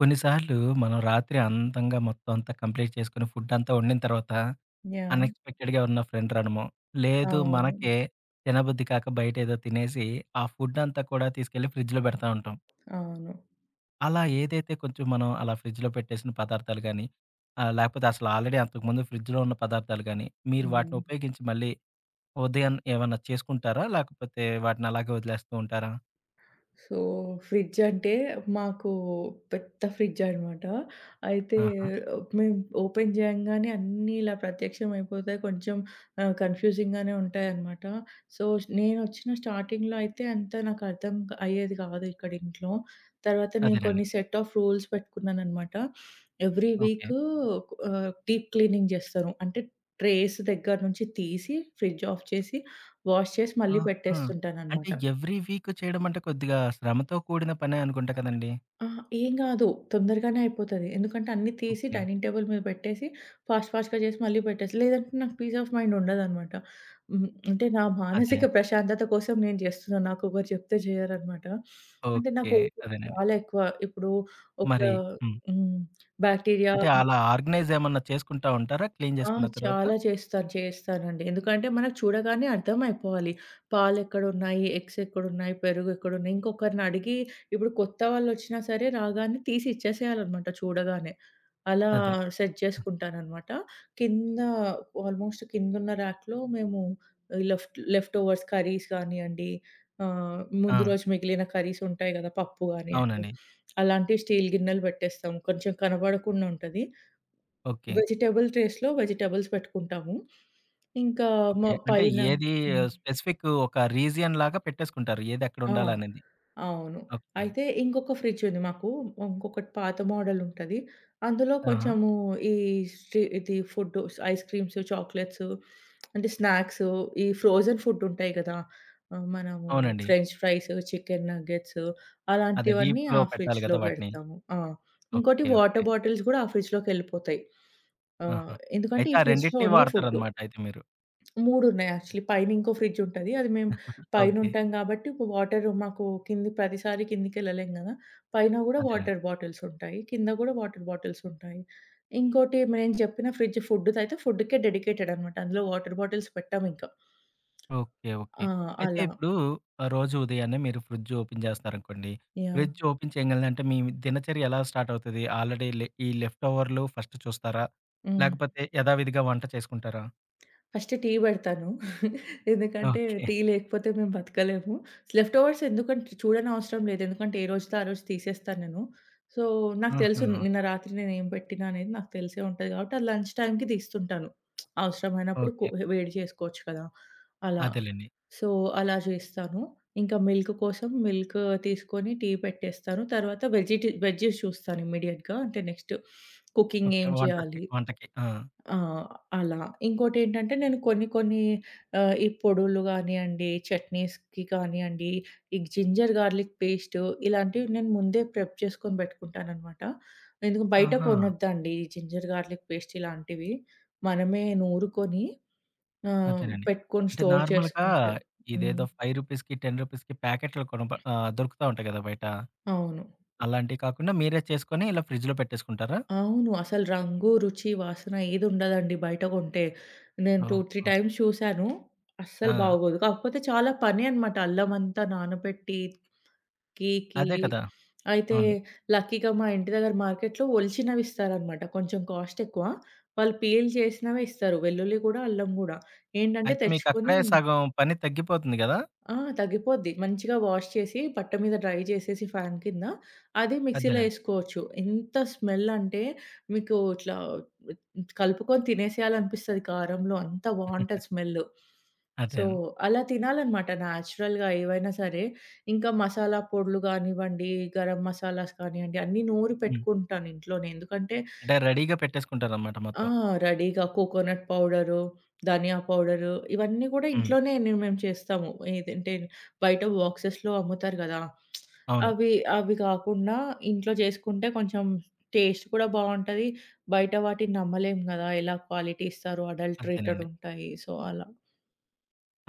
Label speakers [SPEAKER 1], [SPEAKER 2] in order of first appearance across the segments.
[SPEAKER 1] కొన్నిసార్లు మనం రాత్రి అంతంగా మొత్తం అంతా కంప్లీట్ చేసుకొని ఫుడ్ అంతా వండిన తర్వాత
[SPEAKER 2] యాహ్!
[SPEAKER 1] అన్‌ఎక్స్‌పెక్టెడ్‌గా ఉన్న ఫ్రెండ్ రాడమో, లేదు
[SPEAKER 2] అవును.
[SPEAKER 1] మనకే తినబుద్ధి కాక బయట ఏదో తినేసి ఆ ఫుడ్ అంతా కూడా తీసుకెళ్ళి ఫ్రిడ్జ్‌లో పెడతా ఉంటాం.
[SPEAKER 2] అవును.
[SPEAKER 1] అలా ఏదైతే కొంచెం మనం అలా ఫ్రిడ్జ్‌లో పెట్టేసిన పదార్థాలు గానీ, లేకపోతే అసలు ఆల్రెడీ అంతకుముందు ఫ్రిడ్జ్‌లో ఉన్న పదార్థాలు గానీ, మీరు వాటిని
[SPEAKER 2] హ్మ్.
[SPEAKER 1] ఉపయోగించి మళ్ళీ ఉదయం ఏమన్నా చేసుకుంటారా? లేకపోతే వాటిని అలాగే వదిలేస్తూ ఉంటారా?
[SPEAKER 2] సో, ఫ్రిడ్జ్ అంటే మాకు పెద్ద ఫ్రిడ్జ్ అనమాట. అయితే
[SPEAKER 1] ఆహా!
[SPEAKER 2] మేము ఓపెన్ చేయంగానే అన్నీ ఇలా ప్రత్యక్షమైపోతాయి. కొంచెం కన్‌ఫ్యూజింగ్‌గానే ఉంటాయన్నమాట. సో, నేనొచ్చిన స్టార్టింగ్‌లో అయితే అంత నాకు అర్థం అయ్యేది కాదు ఇక్కడ ఇంట్లో. తర్వాత నేను
[SPEAKER 1] అదేనండి.
[SPEAKER 2] కొన్ని సెట్ ఆఫ్ రూల్స్ పెట్టుకున్నానన్నమాట. Every
[SPEAKER 1] okay.
[SPEAKER 2] Week deep cleaning చేస్తారు. అంటే ట్రేస్ దగ్గర నుంచి తీసి, ఫ్రిడ్జ్ ఆఫ్ చేసి, వాష్ చేసి మళ్ళీ
[SPEAKER 1] ఆహా! అంటే
[SPEAKER 2] పెట్టేస్తుంటానన్నమాట.
[SPEAKER 1] ఎవ్రీ వీక్ చేయడం అంటే కొద్దిగా శ్రమతో కూడిన పనే అనుకుంటా కదండీ!
[SPEAKER 2] అహా! ఏం గాదు. తొందరగానే అయిపోతది. ఎందుకంటే అన్నీ తీసి
[SPEAKER 1] ఓకే.
[SPEAKER 2] డైనింగ్ టేబుల్ మీద పెట్టేసి ఫాస్ట్ ఫాస్ట్‌గా చేసి మళ్ళీ పెట్టేసి లేదంటే నాకు పీస్ ఆఫ్ మైండ్ ఉండదనమాట. హ్మ్. అంటే నా
[SPEAKER 1] అదే.
[SPEAKER 2] మానసిక ప్రశాంతత కోసం నేను చేస్తున్నా. నాకొకరు చెప్తే చేయరనమాట. అంటే
[SPEAKER 1] ఓకే.
[SPEAKER 2] నాకు ఓపిక
[SPEAKER 1] అదేనండి.
[SPEAKER 2] చాలా ఎక్కువ. ఇప్పుడు ఒక
[SPEAKER 1] మరి హ్మ్.
[SPEAKER 2] హ్మ్. బాక్టీరియా
[SPEAKER 1] అంటే అలా ఆర్గనైజ్ ఏమన్నా చేసుకుంటా ఉంటారా? క్లీన్
[SPEAKER 2] ఆ!
[SPEAKER 1] చేసుకున్న తర్వాత?
[SPEAKER 2] చాలా చేస్తారు. చేస్తానండి. ఎందుకంటే మనకు చూడగానే అర్థమైపోవాలి. పాలెక్కడున్నాయి, ఎగ్స్ ఎక్కడున్నాయి, పెరుగు ఎక్కడున్నాయి. ఇంకొకరినడిగి ఇప్పుడు కొత్త వాళ్ళొచ్చినా సరే రాగానే తీసి ఇచ్చేసేయాలనమాట చూడగానే. అలా
[SPEAKER 1] అదే.
[SPEAKER 2] సెట్ చేసుకుంటాననమాట. కింద ఆల్మోస్ట్ కిందున్న ర్యాక్‌లో మేము లెఫ్ట్ లెఫ్ట్ ఓవర్స్ కర్రీస్ కానియండి,
[SPEAKER 1] ఆ!
[SPEAKER 2] ముందు రోజు మిగిలిన కర్రీస్ ఉంటాయి కదా! పప్పు కానియండి,
[SPEAKER 1] అవునండి.
[SPEAKER 2] అలాంటివి స్టీల్ గిన్నెలు పెట్టేస్తాం. కొంచెం కనబడకుండా ఉంటది.
[SPEAKER 1] ఓకే.
[SPEAKER 2] వెజిటబుల్ ట్రేస్‌లో వెజిటబుల్స్ పెట్టుకుంటాము. ఇంకా
[SPEAKER 1] ఓకే.
[SPEAKER 2] మ
[SPEAKER 1] అంటే
[SPEAKER 2] పైన
[SPEAKER 1] ఏది
[SPEAKER 2] హ్మ్.
[SPEAKER 1] స్పెసిఫిక్ ఒక రీజియన్ లాగా పెట్టేసుకుంటారు. ఏది
[SPEAKER 2] ఆ!
[SPEAKER 1] ఎక్కడుండాలనేది.
[SPEAKER 2] అవును.
[SPEAKER 1] ఓకే.
[SPEAKER 2] అయితే ఇంకొక ఫ్రిడ్జ్ ఉంది మాకు. ఇంకొకటి పాత మోడల్ ఉంటది. అందులో
[SPEAKER 1] ఆహా!
[SPEAKER 2] కొంచెము ఈ ఇది ఫుడ్డు ఐస్ క్రీమ్స్, చాక్లెట్స్ అంటే స్నాక్స్ ఈ ఫ్రోజెన్ ఫుడ్ ఉంటాయి కదా! మనము
[SPEAKER 1] అవునండి.
[SPEAKER 2] ఫ్రెంచ్ ఫ్రైస్, చికెన్ నగ్గెట్స్
[SPEAKER 1] అదే
[SPEAKER 2] అలాంటివన్నీ
[SPEAKER 1] డీప్‌లో
[SPEAKER 2] ఆ
[SPEAKER 1] పెట్టాలి కదా!
[SPEAKER 2] ఫ్రిడ్జ్‌లో
[SPEAKER 1] వాటిని.
[SPEAKER 2] పెడతాము. ఆ! ఇంకోటి
[SPEAKER 1] ఓకే. ఓకే.
[SPEAKER 2] వాటర్ బాటిల్స్ కూడా ఆ ఫ్రిడ్జ్‌లోకెళ్ళిపోతాయి. ఆ!
[SPEAKER 1] ఆహా!
[SPEAKER 2] ఎందుకంటే
[SPEAKER 1] అయితే
[SPEAKER 2] ఈ
[SPEAKER 1] ఆ
[SPEAKER 2] ఫ్రిడ్జ్‌లో
[SPEAKER 1] రెండిటిని
[SPEAKER 2] ఓన్లీ ఫుడ్డు.
[SPEAKER 1] వాడతారనమాట అయితే మీరు.
[SPEAKER 2] 3 ఉన్నాయి యాక్చువల్లీ. పైన ఇంకో ఫ్రిడ్జ్ ఉంటది. అది మేము
[SPEAKER 1] ఓకే.
[SPEAKER 2] పైనుంటాం కాబట్టి వాటర్ మాకు కింది ప్రతిసారి కిందికెళ్ళలేం గదా! పైన గూడా
[SPEAKER 1] అదే.
[SPEAKER 2] వాటర్ బాటిల్స్ ఉంటాయి. కింద గూడా వాటర్ బాటిల్స్ ఉంటాయి. ఇంకోటి నేను చెప్పిన ఫ్రిడ్జ్ ఫుడ్‌దయితే ఫుడ్‌కే డెడికేటెడ్ అనమాట. అందులో వాటర్ బాటిల్స్ పెట్టమింక.
[SPEAKER 1] ఓకే. ఓకే.
[SPEAKER 2] ఆ!
[SPEAKER 1] అయితే
[SPEAKER 2] అలా.
[SPEAKER 1] ఇప్పుడు రోజు ఉదయాన్నే మీరు ఫ్రిడ్జ్ ఓపెన్ చేస్తారనుకోండి.
[SPEAKER 2] యాహ్!
[SPEAKER 1] ఫ్రిడ్జ్ ఓపెన్ చేయంగాల్నే అంటే మీ దినచర్య ఎలా స్టార్ట్ అవుతది? ఆల్రెడీ ఈ లెఫ్ట్ ఓవర్‌లు ఫస్ట్ చూస్తారా?
[SPEAKER 2] హ్మ్.
[SPEAKER 1] లేకపోతే యథావిధిగా వంట చేసుకుంటారా?
[SPEAKER 2] ఫస్ట్ టీ బెడతాను. ఎందుకంటే
[SPEAKER 1] ఓకే.
[SPEAKER 2] టీ లేకపోతే మేము బతకలేము. లెఫ్ట్ ఓవర్స్ ఎందుకంటే చూడనవసరం లేదు. ఎందుకంటే ఏ రోజుతో ఆ రోజు తీసేస్తాను నేను. సో, నాకు తెలుసు
[SPEAKER 1] ఆహా!
[SPEAKER 2] నిన్న రాత్రి నేనేం పెట్టినా అనేది నాకు తెలిసే ఉంటది కాబట్టి, అది లంచ్ టైమ్‌కి తీస్తుంటాను. అవసరమైనప్పుడు
[SPEAKER 1] ఓకే.
[SPEAKER 2] వేడి చేసుకోవచ్చు కదా! అలా.
[SPEAKER 1] అదేలెండి.
[SPEAKER 2] సో, అలా చేస్తాను. ఇంకా మిల్క్ కోసం మిల్క్ తీసుకొని టీ పెట్టేస్తాను. తర్వాత వెజ్జీస్ చూస్తాను ఇమ్మీడియేట్‌గా. అంటే నెక్స్ట్ కుకింగ్
[SPEAKER 1] ఓకే.
[SPEAKER 2] ఏం
[SPEAKER 1] వంటకి
[SPEAKER 2] చేయాలి?
[SPEAKER 1] వంటకి. ఆ!
[SPEAKER 2] ఆ! అలా. ఇంకోటేంటంటే నేను కొన్ని కొన్ని ఈ పొడులు గానియండి, చట్నీస్‌కి కానియండి, ఈ జింజర్ గార్లిక్ పేస్టు ఇలాంటివి నేను ముందే ప్రెప్ చేసుకొని బెట్టుకుంటాననమాట. ఎందుకు బయట
[SPEAKER 1] ఆహా!
[SPEAKER 2] కొనొద్దండి ఈ జింజర్ గార్లిక్ పేస్ట్ ఇలాంటివి. మనమే నూరుకొని
[SPEAKER 1] అదేనండి.
[SPEAKER 2] పెట్టుకొని
[SPEAKER 1] అంటే
[SPEAKER 2] స్టోర్
[SPEAKER 1] నార్మల్‌గా
[SPEAKER 2] చేసుకుంటే హ్మ్.
[SPEAKER 1] ఇదేదో రూ. 5కి, రూ. 10కి ప్యాకెట్లు దొరుకుతా ఉంటాయి కదా! బయట.
[SPEAKER 2] అవును.
[SPEAKER 1] అలాంటివి కాకుండా మీరే చేసుకొని ఇలా ఫ్రిడ్జ్‌లో పెట్టేసుకుంటారా?
[SPEAKER 2] అవును. అసలు రంగు, రుచి, వాసన ఏదుండదండి బయట కొంటే. నేను 2, 3
[SPEAKER 1] ఓహో!
[SPEAKER 2] టైమ్స్ చూసాను. అస్సలు
[SPEAKER 1] ఆ!
[SPEAKER 2] బాగోదు. కాకపోతే చాలా పని అనమాట. అల్లమంతా నానబెట్టి, కీకి
[SPEAKER 1] అదే కదా!
[SPEAKER 2] అయితే
[SPEAKER 1] అవును.
[SPEAKER 2] లక్కీగా మా ఇంటి దగ్గర మార్కెట్‌లో ఒలిచినవి ఇస్తారనమాట. కొంచెం కాస్ట్ ఎక్కువ. వాళ్ళు పీల్ చేసినవే ఇస్తారు. వెల్లుల్లి గూడా, అల్లం గూడా. ఏంటంటే
[SPEAKER 1] అయితే
[SPEAKER 2] తెచ్చుకొని
[SPEAKER 1] మీకక్కడే సగం పని తగ్గిపోతుంది గదా!
[SPEAKER 2] ఆ! తగ్గిపోద్ది. మంచిగా వాష్ చేసి బట్ట మీద డ్రై చేసేసి ఫ్యాన్ కింద, అది మిక్సీలో
[SPEAKER 1] అదేనండి.
[SPEAKER 2] ఏసుకోవచ్చు. ఎంత స్మెల్ అంటే మీకు ఇట్లా కలుపుకొని తినేసేయాలనిపిస్తది కారంలో. అంత బావుంటది స్మెల్.
[SPEAKER 1] అదే
[SPEAKER 2] సో,
[SPEAKER 1] అండి.
[SPEAKER 2] అలా తినాలనమాట నేచురల్‌గా ఏవైనా సరే. ఇంకా మసాలా పొడులు గానివ్వండి, గరం మసాలాస్ కానియ్యండి, అన్నీ నూరి
[SPEAKER 1] హ్మ్.
[SPEAKER 2] పెట్టుకుంటాను ఇంట్లోనే. ఎందుకంటే
[SPEAKER 1] అంటే రెడీగా పెట్టేసుకుంటారనమాట
[SPEAKER 2] ఆ!
[SPEAKER 1] మొత్తం.
[SPEAKER 2] రెడీగా కోకోనట్ పౌడరు, ధనియా పౌడరు ఇవన్నీ గూడా
[SPEAKER 1] హ్మ్.
[SPEAKER 2] ఇంట్లోనే మేము చేస్తాము. ఏదంటే బయట బాక్సెస్‌లో అమ్ముతారు గదా!
[SPEAKER 1] అవును.
[SPEAKER 2] అవి అవి గాకుండా ఇంట్లో చేసుకుంటే కొంచెం టేస్ట్ కూడా బావుంటది. బయట వాటిని నమ్మలేం గదా! ఎలా క్వాలిటీ ఇస్తారో అడల్టరేటెడ్
[SPEAKER 1] అంతేనండి.
[SPEAKER 2] ఉంటాయి. సో, అలా.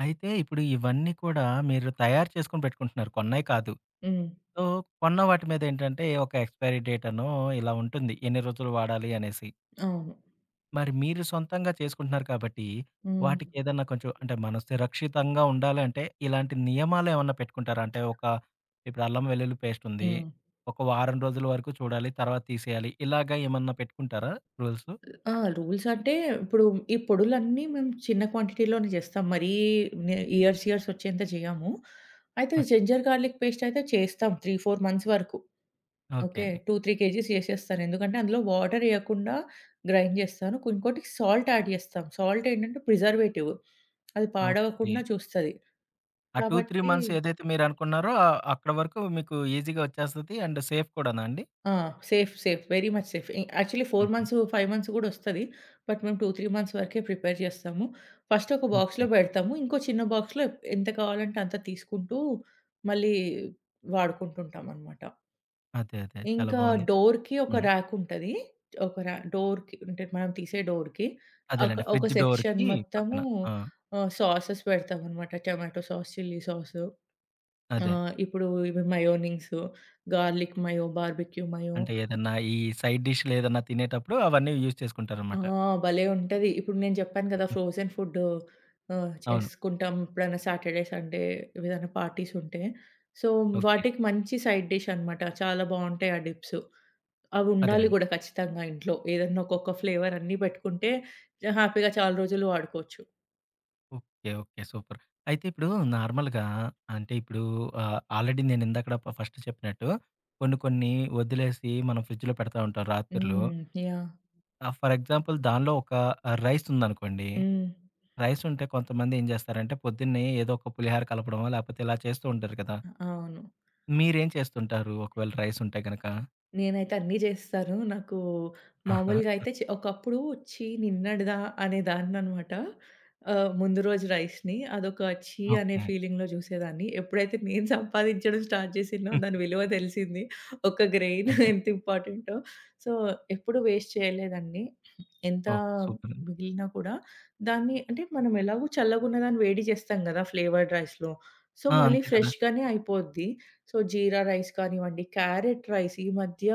[SPEAKER 1] అయితే ఇప్పుడు ఇవన్నీ కూడా మీరు తయారు చేసుకొని పెట్టుకుంటున్నారు. కొన్నయి కాదు.
[SPEAKER 2] హ్మ్.
[SPEAKER 1] సో, కొన్న వాటి మీద ఏంటంటే ఒక ఎక్స్‌పైరీ డేట్ అనో ఇలా ఉంటుంది. ఎన్ని రోజులు వాడాలి అనేసి.
[SPEAKER 2] అవును.
[SPEAKER 1] మరి మీరు సొంతంగా చేసుకుంటున్నారు కాబట్టి,
[SPEAKER 2] హ్మ్.
[SPEAKER 1] వాటికేదన్నా కొంచెం అంటే మనం సురక్షితంగా ఉండాలి అంటే, ఇలాంటి నియమాలేమన్నా పెట్టుకుంటారా? అంటే ఒక ఇప్పుడు అల్లం వెల్లుల్లి పేస్టుంది.
[SPEAKER 2] హ్మ్.
[SPEAKER 1] ఒక వారం రోజుల వరకు చూడాలి. తర్వాత తీసేయాలి. ఇలాగ ఏమన్నా పెట్టుకుంటారా రూల్సు?
[SPEAKER 2] ఆ! రూల్స్ అంటే ఇప్పుడు ఈ పొడులన్నీ మేము చిన్న క్వాంటిటీలోనే చేస్తాం. మరీ ఇయర్స్ ఇయర్స్ వచ్చేంత చేయము. అయితే జింజర్ గార్లిక్ పేస్ట్ అయితే చేస్తాం 3, 4 మంత్స్ వరకు.
[SPEAKER 1] Okay
[SPEAKER 2] okay.
[SPEAKER 1] అండి.
[SPEAKER 2] 2, 3 కేజీస్ చేసేస్తాను. ఎందుకంటే అందులో వాటర్ ఎయకుండా గ్రైండ్ చేస్తాను. ఇంకోటి సాల్ట్ యాడ్ చేస్తాం. సాల్ట్ ఏంటంటే ప్రిజర్వేటివ్. అది
[SPEAKER 1] ఓకే.
[SPEAKER 2] పాడవకుండా చూస్తది.
[SPEAKER 1] ఆ 2, 3
[SPEAKER 2] కాబట్టి
[SPEAKER 1] మంత్స్ ఏదైతే మీరనుకున్నారో అక్కడ వరకు మీకు ఈజీగా వచ్చేస్తది. అండ్ సేఫ్ కూడానా అండి?
[SPEAKER 2] ఆ! Safe. Safe. Very much safe. Actually 4
[SPEAKER 1] హుహు.
[SPEAKER 2] మంత్స్, 5 మంత్స్ కూడా వస్తది. బట్ మేము 2, 3 మంత్స్ వరకే ప్రిపేర్ చేస్తాము. ఫస్ట్ ఒక
[SPEAKER 1] ఓకే.
[SPEAKER 2] బాక్స్‌లో పెడతాము. ఇంకో చిన్న బాక్స్‌లో ఎంత కావాలంటే అంత తీసుకుంటూ మళ్ళీ వాడుకుంటుంటామనమాట.
[SPEAKER 1] అదే. చాలా
[SPEAKER 2] ఇంకా
[SPEAKER 1] బావుంది.
[SPEAKER 2] డోర్‌కి ఒక
[SPEAKER 1] హ్మ్.
[SPEAKER 2] ర్యాక్ ఉంటది. ఒక ర్యా డోర్‌కి అంటే మనం తీసే డోర్‌కి ఒక
[SPEAKER 1] అదేలెండి.
[SPEAKER 2] ఒక
[SPEAKER 1] ఫ్రిడ్జ్
[SPEAKER 2] సెక్షన్
[SPEAKER 1] డోర్‌కి పక్కన.
[SPEAKER 2] మొత్తము
[SPEAKER 1] ఆ!
[SPEAKER 2] సాసెస్ పెడతామనమాట. టొమాటో సాస్, చిల్లీ సాసు
[SPEAKER 1] అదే.
[SPEAKER 2] ఇప్పుడు ఇవి mayonnaise, garlic mayo, barbecue mayo
[SPEAKER 1] అంటే ఏదన్నా ఈ సైడ్ డిష్‌లు ఏదన్నా తినేటప్పుడు అవన్నీ యూజ్
[SPEAKER 2] ఆ!
[SPEAKER 1] చేసుకుంటారనమాట.
[SPEAKER 2] భలే ఉంటది. ఇప్పుడు నేను చెప్పాను కదా! ఫ్రోజెన్ ఫుడ్డు
[SPEAKER 1] అవును.
[SPEAKER 2] చేసుకుంటాం ఎప్పుడైనా సాటర్‌డే, సండే ఏదైనా పార్టీస్ ఉంటే. So,
[SPEAKER 1] okay.
[SPEAKER 2] వాటికి మంచి సైడ్ డిష్ అన్నమాట. చాలా బావుంటాయి ఆ డిప్స్. అవి ఉండాలి
[SPEAKER 1] అదేనండి.
[SPEAKER 2] గూడా ఖచ్చితంగా ఇంట్లో. ఏదన్నా ఒక్కొక్క ఫ్లేవర్ అన్నీ పెట్టుకుంటే హ్యాపీగా చాలా రోజులు వాడుకోవచ్చు.
[SPEAKER 1] ఓకే. ఓకే. సూపర్. అయితే ఇప్పుడు నార్మల్‌గా అంటే ఇప్పుడు ఆల్రెడీ నేను ఇందాకడ ఫస్ట్ చెప్పినట్టు కొన్ని కొన్ని వదిలేసి మనం ఫ్రిడ్జ్‌లో పెడతా ఉంటాం రాత్రులు.
[SPEAKER 2] హ్మ్. యాహ్!
[SPEAKER 1] ఫర్ ఎగ్జాంపుల్ దానిలో ఒక రైస్ ఉందనుకోండి.
[SPEAKER 2] హ్మ్.
[SPEAKER 1] రైస్ ఉంటే కొంతమంది ఏం చేస్తారంటే పొద్దున్నే ఏదో ఒక పులిహార కలపడమో లేకపోతే ఇలా చేస్తూ ఉంటారు కదా!
[SPEAKER 2] అవును.
[SPEAKER 1] మీరేం చేస్తుంటారు ఒకవేళ రైస్ ఉంటే గనక?
[SPEAKER 2] నేనైతే అన్నీ జేస్తాను. నాకు
[SPEAKER 1] ఆహా!
[SPEAKER 2] మామూలుగా అయితే ఒకప్పుడు ఛీ! నిన్నటిదా అనేదాన్ననమాట. ముందు రోజు రైస్‌ని అదొక ఛీ! అనే
[SPEAKER 1] ఓకే.
[SPEAKER 2] ఫీలింగ్‌లో జూసేదాన్ని. ఎప్పుడైతే నేను సంపాదించడం స్టార్ట్ జేసినో
[SPEAKER 1] హ్మ్.
[SPEAKER 2] దాని విలువ దెలిసింది. ఒక గ్రెయిన్
[SPEAKER 1] అదే.
[SPEAKER 2] ఎంత ఇంపార్టెంటో. సో, ఎప్పుడు వేస్ట్ చేయలేదండి. ఎంత
[SPEAKER 1] ఓకే. సూపర్.
[SPEAKER 2] మిగిలినా కూడా దాన్ని అంటే మనం ఎలాగో చల్లగున్నదాన్ని వేడి జేస్తాం గదా! ఫ్లేవర్డ్ రైస్‌లో. సో,
[SPEAKER 1] ఆ!
[SPEAKER 2] మళ్ళీ
[SPEAKER 1] అంతే కదా!
[SPEAKER 2] ఫ్రెష్‌గానే అయిపోద్ది. సో, జీరా రైస్ కానివ్వండి, క్యారెట్ రైస్ ఈ మధ్య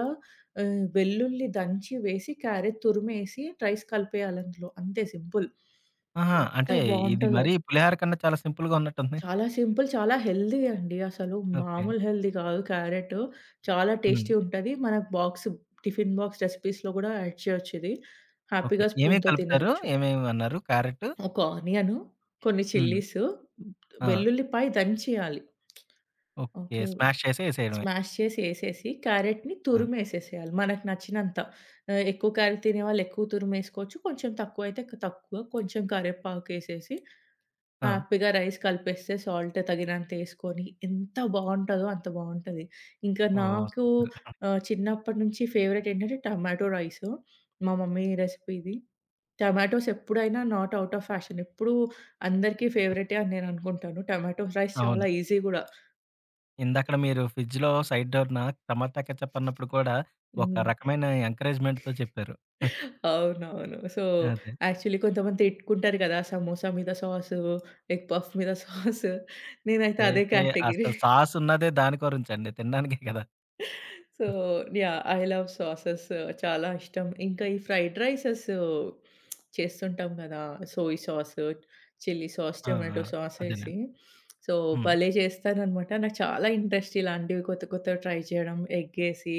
[SPEAKER 2] వెల్లుల్లి దంచి వేసి, క్యారెట్ తురిమేసి, రైస్ కలిపేయాలి అందులో. అంతే సింపుల్.
[SPEAKER 1] ఆహా!
[SPEAKER 2] ఎంత
[SPEAKER 1] అంటే ఇది
[SPEAKER 2] బావుంటదో.
[SPEAKER 1] మరీ పులిహోర కన్నా చాలా సింపుల్‌గా ఉన్నట్టుంది.
[SPEAKER 2] చాలా సింపుల్, చాలా హెల్తీ అండి. అసలు
[SPEAKER 1] ఓకే.
[SPEAKER 2] మామూలు హెల్తీ కాదు క్యారెట్. చాలా
[SPEAKER 1] హ్మ్.
[SPEAKER 2] టేస్టీ ఉంటది. మనకు టిఫిన్ బాక్స్ రెసిపీస్‌లో గూడా యాడ్ చేయొచ్చు ఇది.
[SPEAKER 1] ఓకే.
[SPEAKER 2] హ్యాపీగా
[SPEAKER 1] ఏమేమి
[SPEAKER 2] స్పూన్‌తో
[SPEAKER 1] కలుపుతారు?
[SPEAKER 2] తినేయొచ్చు.
[SPEAKER 1] ఏమేమి అన్నారు? క్యారెట్
[SPEAKER 2] ఒక ఆనియను, కొన్ని
[SPEAKER 1] హ్మ్.
[SPEAKER 2] చిల్లీసు,
[SPEAKER 1] ఆ!
[SPEAKER 2] వెల్లుల్లిపాయ దంచేయాలి.
[SPEAKER 1] ఓకే.
[SPEAKER 2] ఓకే.
[SPEAKER 1] స్మాష్ చేసి ఎసేయడమే.
[SPEAKER 2] స్మాష్ చేసి ఏసేసి, క్యారెట్‌ని
[SPEAKER 1] ఆ!
[SPEAKER 2] తురిమేసేసేయాలి మనకు నచ్చినంత. ఎక్కువ క్యారెట్ తినేవాళ్ళు ఎక్కువ తురిమేసుకోవచ్చు. కొంచెం తక్కువైతే తక్కువ. కొంచెం కరివేపాకేసేసి,
[SPEAKER 1] ఆ!
[SPEAKER 2] హ్యాపీగా రైస్ కలిపేస్తే సాల్ట్ తగినంతేసుకొని, ఎంత బావుంటదో అంత బావుంటది. ఇంకా
[SPEAKER 1] ఓహ్!
[SPEAKER 2] నాకు
[SPEAKER 1] సూపర్.
[SPEAKER 2] చిన్నప్పటి నుంచి ఫేవరెట్ ఏంటంటే టమాటో రైసు. మా మమ్మీ రెసిపీ ఇది. టమాటోస్ ఎప్పుడైనా నాట్ ఔట్ ఆఫ్ ఫ్యాషన్. ఎప్పుడూ అందరికీ ఫేవరెటే అని నేననుకుంటాను. టమాటో రైస్ చాలా
[SPEAKER 1] అవును.
[SPEAKER 2] ఈజీ గూడా.
[SPEAKER 1] ఇందాకడ మీరు ఫ్రిడ్జ్‌లో సైడ్ డోర్‌న టమాటా కెచప్ అన్నప్పుడు కూడా ఒక
[SPEAKER 2] హ్మ్.
[SPEAKER 1] రకమైన ఎంకరేజ్‌మెంట్‌తో చెప్పారు.
[SPEAKER 2] అవునవును. సో,
[SPEAKER 1] అదే.
[SPEAKER 2] యాక్చువల్లీ కొంతమంది తిట్టుకుంటారు కదా! సమోసా మీద సాసు, ఎగ్ పఫ్ మీద సాసు. నేనైతే
[SPEAKER 1] చే
[SPEAKER 2] అదే
[SPEAKER 1] చే
[SPEAKER 2] కేటగిరీ.
[SPEAKER 1] అసలు సాస్ ఉన్నదే దాని గురించండి. తినడానికే కదా!
[SPEAKER 2] So, yeah! I love sauces చాలా ఇష్టం. ఇంకా ఈ ఫ్రైడ్ రైసెస్ చేస్తుంటాం కదా! సోయ్ సాస్, చిల్లీ సాస్,
[SPEAKER 1] ఆ! ఆ!
[SPEAKER 2] టొమాటో సాస్ ఏసి.
[SPEAKER 1] అదేనండి.
[SPEAKER 2] సో,
[SPEAKER 1] హ్మ్.
[SPEAKER 2] భలే చేస్తాననమాట. నాకు చాలా ఇంట్రెస్ట్ ఇలాంటివి కొత్త కొత్తవి ట్రై చేయడం. ఎగ్గేసి,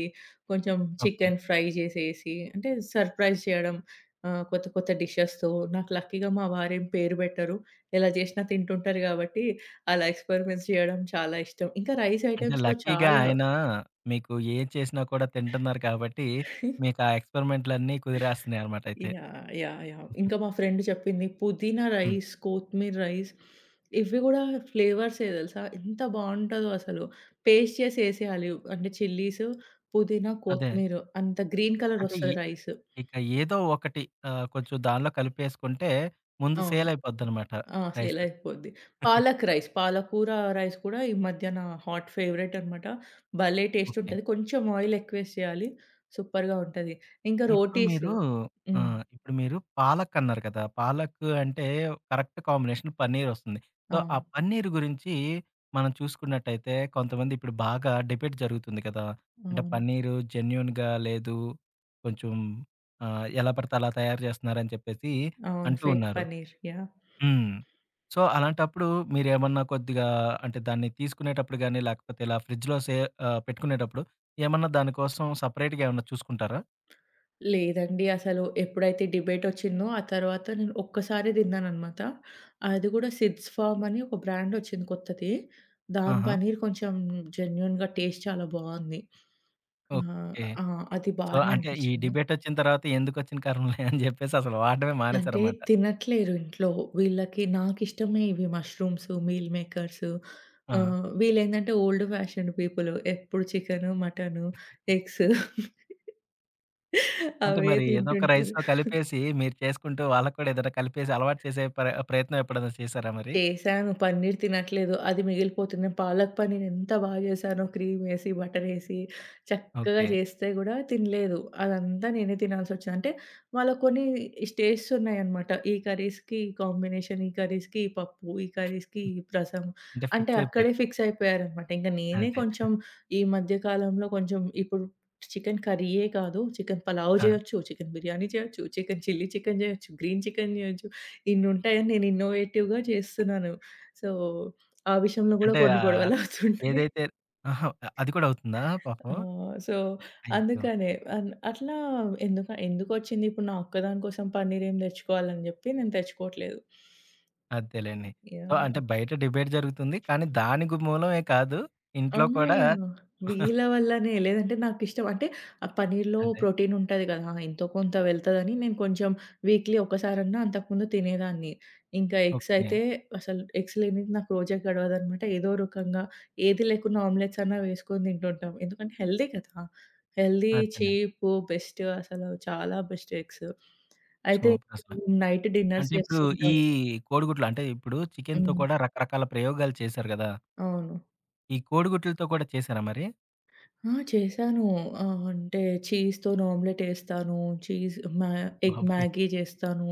[SPEAKER 2] కొంచెం
[SPEAKER 1] ఓకే.
[SPEAKER 2] చికెన్ ఫ్రై చేసేసి, అంటే సర్ప్రైజ్ చేయడం. కొత్త కొత్త డిషెస్‌తో. నాకు లక్కీగా మా వారేం పేరు పెట్టరు. ఎలా చేసినా తింటుంటారు కాబట్టి, అలా ఎక్స్పెరిమెంట్స్ చేయడం చాలా ఇష్టం. ఇంకా రైస్
[SPEAKER 1] అంటే
[SPEAKER 2] ఐటెమ్స్‌లో
[SPEAKER 1] లక్కీగా
[SPEAKER 2] చాలా
[SPEAKER 1] ఆయన మీకు ఏం చేసినా కూడా తింటున్నారు కాబట్టి, మీకు ఆ ఎక్స్‌పెరిమెంట్‌లన్నీ కుదిరేస్తున్నాయి అన్నమాట అయితే.
[SPEAKER 2] యాహ్! యాహ్! యాహ్! ఇంకా మా ఫ్రెండ్ చెప్పింది పుదీనా
[SPEAKER 1] హ్మ్.
[SPEAKER 2] రైస్, కొత్తిమీర రైస్ ఇవి గూడా ఫ్లేవర్సే తెలుసా? ఎంత బావుంటదో అసలు. పేస్ట్ చేసి ఏసేయాలి. అంటే చిల్లీస్, పుదీనా,
[SPEAKER 1] అదే.
[SPEAKER 2] కొత్తిమీర అంత గ్రీన్ కలర్
[SPEAKER 1] అంటే
[SPEAKER 2] ఒస్తది రైస్.
[SPEAKER 1] ఇక ఏదో ఒకటి కొంచెం దానిలో కలిపేసుకుంటే ముందు
[SPEAKER 2] అవును.
[SPEAKER 1] సేల్ అయిపోద్దన్నమాట
[SPEAKER 2] ఆ!
[SPEAKER 1] రైస్.
[SPEAKER 2] సేల్ అయిపోద్ది. పాలక్ రైస్, పాలకూర రైస్ కూడా ఈ మధ్యన హాట్ ఫేవరెట్ అన్నమాట. భలే టేస్ట్
[SPEAKER 1] ఓకే.
[SPEAKER 2] ఉంటది. కొంచెం ఆయిల్ ఎక్కువేసి చేయాలి. సూపర్‌గా ఉంటది. ఇంకా
[SPEAKER 1] ఇప్పుడు
[SPEAKER 2] రోటీస్.
[SPEAKER 1] మీరు ఆ!
[SPEAKER 2] హ్మ్.
[SPEAKER 1] ఇప్పుడు మీరు పాలక్ అన్నారు కదా! పాలక్ అంటే కరెక్ట్ కాంబినేషన్ పన్నీర్ వస్తుంది. సో, ఆ
[SPEAKER 2] అవును.
[SPEAKER 1] పన్నీర్ గురించి మనం చూసుకున్నట్టయితే కొంతమంది ఇప్పుడు బాగా డిబేట్ జరుగుతుంది కదా! అంటే
[SPEAKER 2] అవును.
[SPEAKER 1] పన్నీరు జెన్యూన్‌గా లేదు. కొంచెం ఎలా పడితే అలా తయారు చేస్తున్నారని చెప్పేసి
[SPEAKER 2] అవును.
[SPEAKER 1] అంటూ
[SPEAKER 2] ఫేక్
[SPEAKER 1] ఉన్నారు.
[SPEAKER 2] పన్నీర్. యాహ్!
[SPEAKER 1] హ్మ్. సో, అలాంటప్పుడు మీరేమన్నా కొద్దిగా అంటే దాన్ని తీసుకునేటప్పుడు గాని, లేకపోతే ఇలా ఫ్రిడ్జ్‌లో పెట్టుకునేటప్పుడు ఏమన్నా దానికోసం సెపరేట్‌గా ఏమన్నా చూసుకుంటారా?
[SPEAKER 2] లేదండి. అసలు ఎప్పుడైతే డిబేటొచ్చిందో, ఆ తర్వాత నేను ఒక్కసారే తిన్నాననమాట. అది కూడా సిడ్స్ ఫార్మ్ అని ఒక బ్రాండొచ్చింది కొత్తది. దాని
[SPEAKER 1] ఆహా!
[SPEAKER 2] పనీర్ కొంచెం జెన్యూన్‌గా టేస్ట్ చాలా బావుంది. ఆహ్,
[SPEAKER 1] ఓకే.
[SPEAKER 2] ఆ! అది
[SPEAKER 1] సో,
[SPEAKER 2] బానే
[SPEAKER 1] అంటే ఈ
[SPEAKER 2] అనిపిచ్చింది.
[SPEAKER 1] డిబేటొచ్చిన తర్వాత ఎందుకొచ్చిన కర్మలే అని జెప్పేసి అసలు వాడడమే
[SPEAKER 2] అంటే
[SPEAKER 1] మానేసారన్నమాట.
[SPEAKER 2] తినట్లేరు ఇంట్లో. వీళ్ళకి నాకిష్టమే ఇవి మష్రూమ్స్, మీల్ మేకర్స్.
[SPEAKER 1] ఆ!
[SPEAKER 2] వీళ్ళేంటంటే ఓల్డ్ ఫ్యాషన్డ్ పీపుల్. ఎప్పుడు చికెను, మటను, ఎగ్స్
[SPEAKER 1] అంటే
[SPEAKER 2] అవే
[SPEAKER 1] మరి ఏదో ఒక
[SPEAKER 2] తింటుంటారు.
[SPEAKER 1] రైస్‌లో కలిపేసి మీరు చేసుకుంటూ వాళ్ళకి కూడా ఏదైనా కలిపేసి అలవాటు చేసే ప్రయత్నం ఎప్పుడైనా చేసారా మరి?
[SPEAKER 2] చేశాను. పన్నీర్ తినట్లేదు. అది మిగిలిపోతుంది. పాలక్ పన్నీర్ ఎంత బాగా చేశానో క్రీమేసి, బటరేసి చక్కగా
[SPEAKER 1] ఓకే.
[SPEAKER 2] చేస్తే గూడా తినలేదు. అదంతా నేనే తినాల్సొచ్చింది. అంటే వాళ్ళకి కొన్ని స్టేజ్స్ ఉన్నాయన్నమాట. ఈ కర్రీస్‌కి ఈ కాంబినేషన్, ఈ కర్రీస్‌కి ఈ పప్పు, ఈ కర్రీస్‌కి ఈ రసం
[SPEAKER 1] అంటే
[SPEAKER 2] అంటే
[SPEAKER 1] ఫిక్స్ అయిపోయారు.
[SPEAKER 2] అక్కడే ఫిక్స్ అయిపోయారన్నమాట. ఇంక నేనే
[SPEAKER 1] అదే.
[SPEAKER 2] కొంచెం ఈ మధ్య కాలంలో కొంచెం ఇప్పుడు చికెన్ కర్రీయే కాదు. చికెన్ పలావ్
[SPEAKER 1] ఆ!
[SPEAKER 2] జేయొచ్చు, చికెన్ బిర్యానీ చేయొచ్చు, చిల్లీ చికెన్ జేయొచ్చు, గ్రీన్ చికెన్ జేయొచ్చు. ఇన్నుంటాయని నేను ఇన్నోవేటివ్‌గా చేస్తున్నాను. సో, ఆ విషయంలో గూడా
[SPEAKER 1] అంటే
[SPEAKER 2] కొన్ని గొడవలవుతుంటాయి.
[SPEAKER 1] ఏదైతే అహా! అది కూడా అవుతుందా పాపం?
[SPEAKER 2] సో,
[SPEAKER 1] అయ్యో!
[SPEAKER 2] అందుకనే అట్లా ఎందుకొచ్చింది ఇప్పుడు నా ఒక్కదాని కోసం పన్నీరేం తెచ్చుకోవాలని జెప్పి నేను తెచ్చుకోవట్లేదు.
[SPEAKER 1] అదేలెండి. సో, అంటే
[SPEAKER 2] యాహ్!
[SPEAKER 1] బయట డిబేట్ జరుగుతుంది. కానీ దాని మూలమే కాదు
[SPEAKER 2] ఆ!
[SPEAKER 1] ఇంట్లో కూడా
[SPEAKER 2] వీళ్ళ వల్లనే. లేదంటే నాకిష్టం అంటే ఆ పన్నీర్‌లో
[SPEAKER 1] అదే.
[SPEAKER 2] ప్రోటీన్ ఉంటది గదా! ఎంతో కొంత వెళ్తదని నేను కొంచెం వీక్‌లీ ఒకసారన్నా అంతకుముందు తినేదాన్ని. ఇంకా ఎగ్స్
[SPEAKER 1] ఓకే.
[SPEAKER 2] అయితే అసలు ఎగ్స్ లేనిది నాకు రోజే గడవదనమాట. ఏదో రకంగా ఏది లేకున్నా ఆమ్లెట్స్ అన్నా వేసుకొని తింటుంటాం. ఎందుకంటే హెల్తీ కదా! హెల్తీ,
[SPEAKER 1] అదేనండి.
[SPEAKER 2] చీప్, బెస్ట్ అసలు చాలా బెస్ట్ ఎగ్స్. అయితే
[SPEAKER 1] సూపరసల.
[SPEAKER 2] నైట్ డిన్నర్స్
[SPEAKER 1] అంటే ఇప్పుడు ఈ
[SPEAKER 2] చేస్తుంటాము.
[SPEAKER 1] కోడిగుడ్లు అంటే ఇప్పుడు చికెన్‌తో
[SPEAKER 2] హ్మ్.
[SPEAKER 1] కూడా రకరకాల ప్రయోగాలు చేశారు గదా!
[SPEAKER 2] అవును.
[SPEAKER 1] ఈ కోడిగుడ్లతో కూడా చేశారా మరి?
[SPEAKER 2] ఆ! చేశాను. అంటే చీజ్‌తోని ఆమ్లెట్ ఏస్తాను. చీజ్ మా ఎగ్
[SPEAKER 1] బాబోయ్!
[SPEAKER 2] మ్యాగీ చేస్తాను.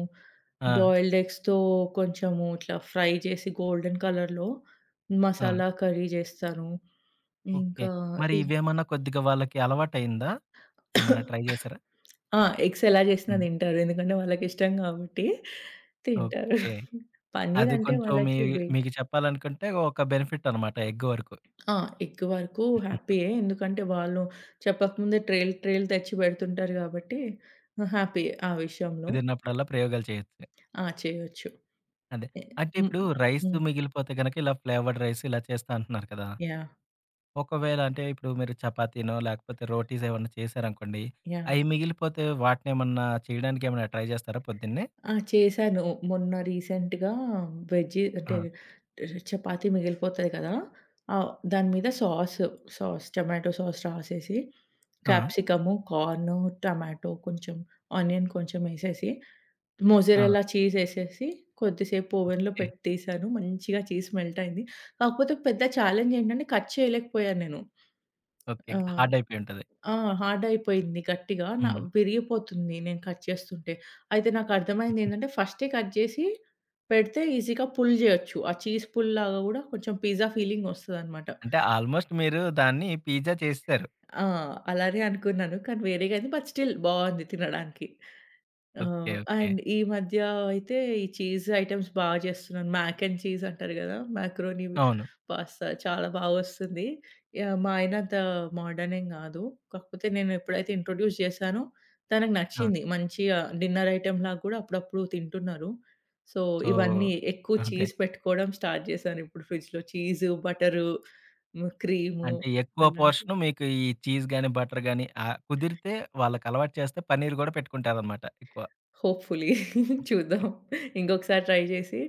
[SPEAKER 1] ఆ!
[SPEAKER 2] బాయిల్డ్ ఎగ్స్‌తో కొంచెము ఇట్లా ఫ్రై చేసి గోల్డెన్ కలర్‌లో
[SPEAKER 1] ఆ!
[SPEAKER 2] మసాలా కర్రీ చేస్తాను.
[SPEAKER 1] ఓకే.
[SPEAKER 2] ఇంకా
[SPEAKER 1] మరి
[SPEAKER 2] ఈ
[SPEAKER 1] ఇవేమన్నా కొద్దిగా వాళ్ళకి అలవాటయిందా? ఏమన్నా ట్రై చేశారా?
[SPEAKER 2] ఆ! ఎగ్స్ ఎలా చేసినా
[SPEAKER 1] హ్మ్.
[SPEAKER 2] తింటారు. ఎందుకంటే వాళ్ళకిష్టం కాబట్టి తింటారు.
[SPEAKER 1] ఓకే.
[SPEAKER 2] పన్నీర్
[SPEAKER 1] అది
[SPEAKER 2] అంటే
[SPEAKER 1] కొంచెం మీ
[SPEAKER 2] వాళ్ళకి బే
[SPEAKER 1] మీకు చెప్పాలనుకుంటే ఒక బెనిఫిట్ అనమాట ఎగ్ వరకు.
[SPEAKER 2] ఆ! ఎగ్ వరకు హ్యాపీయే. ఎందుకంటే వాళ్ళు చెప్పకముందే ట్రేలు ట్రేలు తెచ్చి పెడుతుంటారు కాబట్టి హ్యాపీయే ఆ విషయంలో.
[SPEAKER 1] కుదిరినప్పుడల్లా ప్రయోగాలు చేయొచ్చు.
[SPEAKER 2] ఆ! చేయొచ్చు.
[SPEAKER 1] అదే.
[SPEAKER 2] ఎ
[SPEAKER 1] అంటే
[SPEAKER 2] హ్మ్.
[SPEAKER 1] ఇప్పుడు రైస్
[SPEAKER 2] హ్మ్.
[SPEAKER 1] మిగిలిపోతే గనక ఇలా ఫ్లేవర్డ్ రైస్ ఇలా చేస్తా అంటున్నారు కదా!
[SPEAKER 2] యాహ్!
[SPEAKER 1] ఒకవేళ అంటే ఇప్పుడు మీరు చపాతీనో, లేకపోతే రోటీస్ ఏమన్నా చేశారనుకోండి,
[SPEAKER 2] యాహ్!
[SPEAKER 1] అయి మిగిలిపోతే వాటినేమన్నా చేయడానికి ఏమన్నా ట్రై జేస్తారా పొద్దున్నే?
[SPEAKER 2] ఆ! చేశాను. మొన్న రీసెంట్‌గా వెజ్జీ అంటే
[SPEAKER 1] ఆ!
[SPEAKER 2] చపాతీ మిగిలిపోతది కదా! దాని మీద సాస్, టొమాటో సాస్ రాసేసి,
[SPEAKER 1] ఆ!
[SPEAKER 2] క్యాప్సికము, కార్ను, టొమాటో కొంచెం, ఆనియన్ కొంచెం ఎసేసి,
[SPEAKER 1] ఆ!
[SPEAKER 2] మోజరెల్లా చీజ్ ఎసేసి, కొద్దిసేపు ఓవెన్‌లో
[SPEAKER 1] ఓకే.
[SPEAKER 2] పెట్టేసాను. మంచిగా చీజ్ మెల్ట్ అయింది. కాకపోతే పెద్ద ఛాలెంజ్ ఏంటంటే కట్ చేయలేకపోయాను నేను.
[SPEAKER 1] ఓకే.
[SPEAKER 2] ఆ!
[SPEAKER 1] హార్డ్ అయిపోయి ఉంటది.
[SPEAKER 2] ఆ! హార్డయిపోయింది గట్టిగా.
[SPEAKER 1] హ్మ్.
[SPEAKER 2] విరిగిపోతుంది నేను కట్ చేస్తుంటే. అయితే నాకర్థమైందేంటంటే, ఫస్టే కట్ జేసి పెడితే ఈజీగా పుల్ జేయొచ్చు. ఆ చీజ్ పుల్‌లాగా గూడా కొంచెం పిజ్జా ఫీలింగొస్తదనమాట.
[SPEAKER 1] అంటే ఆల్‌మోస్ట్ మీరు దాన్ని పిజ్జా చేసేసారు.
[SPEAKER 2] ఆ! అలానే అనుకున్నాను. కానీ వేరేగా అయింది. బట్ స్టిల్ బావుంది తినడానికి. ఆ!
[SPEAKER 1] ఓకే. ఓకే.
[SPEAKER 2] అండ్ ఈ మధ్య అయితే ఈ చీజ్ ఐటెమ్స్ బాగా చేస్తున్నాను. మ్యాక్ అండ్ చీజ్ అంటారు గదా! మాకరోని,
[SPEAKER 1] అవును.
[SPEAKER 2] పాస్తా చాలా బాగొస్తుంది. యాహ్! మా ఆయన అంత మోడర్న్ ఏం గాదు. కాకపోతే నేను ఎప్పుడైతే ఇంట్రొడ్యూస్ చేశానో తనకు
[SPEAKER 1] ఆ!
[SPEAKER 2] నచ్చింది. మంచిగా డిన్నర్ ఐటెమ్‌లాగా గూడా అప్పుడప్పుడు తింటున్నారు. సో,
[SPEAKER 1] సో,
[SPEAKER 2] ఇవన్నీ ఎక్కువ
[SPEAKER 1] అదే.
[SPEAKER 2] చీజ్ పెట్టుకోవడం స్టార్ట్ చేశాను ఇప్పుడు ఫ్రిడ్జ్‌లో. చీజు, బటరు, క్రీము
[SPEAKER 1] అంటే ఎక్కువ
[SPEAKER 2] అలాంటివి.
[SPEAKER 1] పోర్షను మీకు ఈ చీజ్ గాని, బటర్ గాని కుదిరితే వాళ్ళకలవాటు చేస్తే పన్నీర్ గూడా పెట్టుకుంటారనమాట ఎక్కువ.
[SPEAKER 2] హోప్‌ఫుల్లీ చూద్దాం. ఇంకొకసారి ట్రై చేసి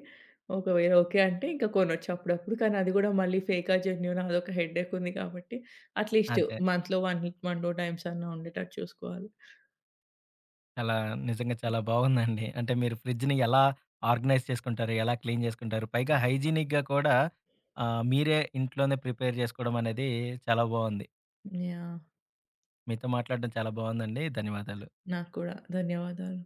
[SPEAKER 2] ఒకవేళ ఓకే అంటే ఇంక కొనొచ్చు అప్పుడప్పుడు. కానీ అది గూడా మళ్ళీ ఫేకా జెన్యూనా అదొక హెడ్‌ఏక్ ఉంది కాబట్టి అట్‌లీస్ట్
[SPEAKER 1] అదే.
[SPEAKER 2] మంత్‌లో వన్ వన్, 2 టైమ్స్ అన్నా ఉండేటట్టు చూసుకోవాలి.
[SPEAKER 1] చాలా నిజంగా చాలా బాగుందండి. అంటే మీరు ఫ్రిడ్జ్‌ని ఎలా ఆర్గనైజ్ చేసుకుంటారు? ఎలా క్లీన్ చేసుకుంటారు? పైగా హైజీనిక్‌గా కూడా మీరే ఇంట్లోనే ప్రిపేర్ చేసుకోవడం అనేది చాలా బాగుంది.
[SPEAKER 2] యాహ్!
[SPEAKER 1] మీతో మాట్లాడడం చాలా బాగుందండి. ధన్యవాదాలు.
[SPEAKER 2] నాకు కూడా ధన్యవాదాలు.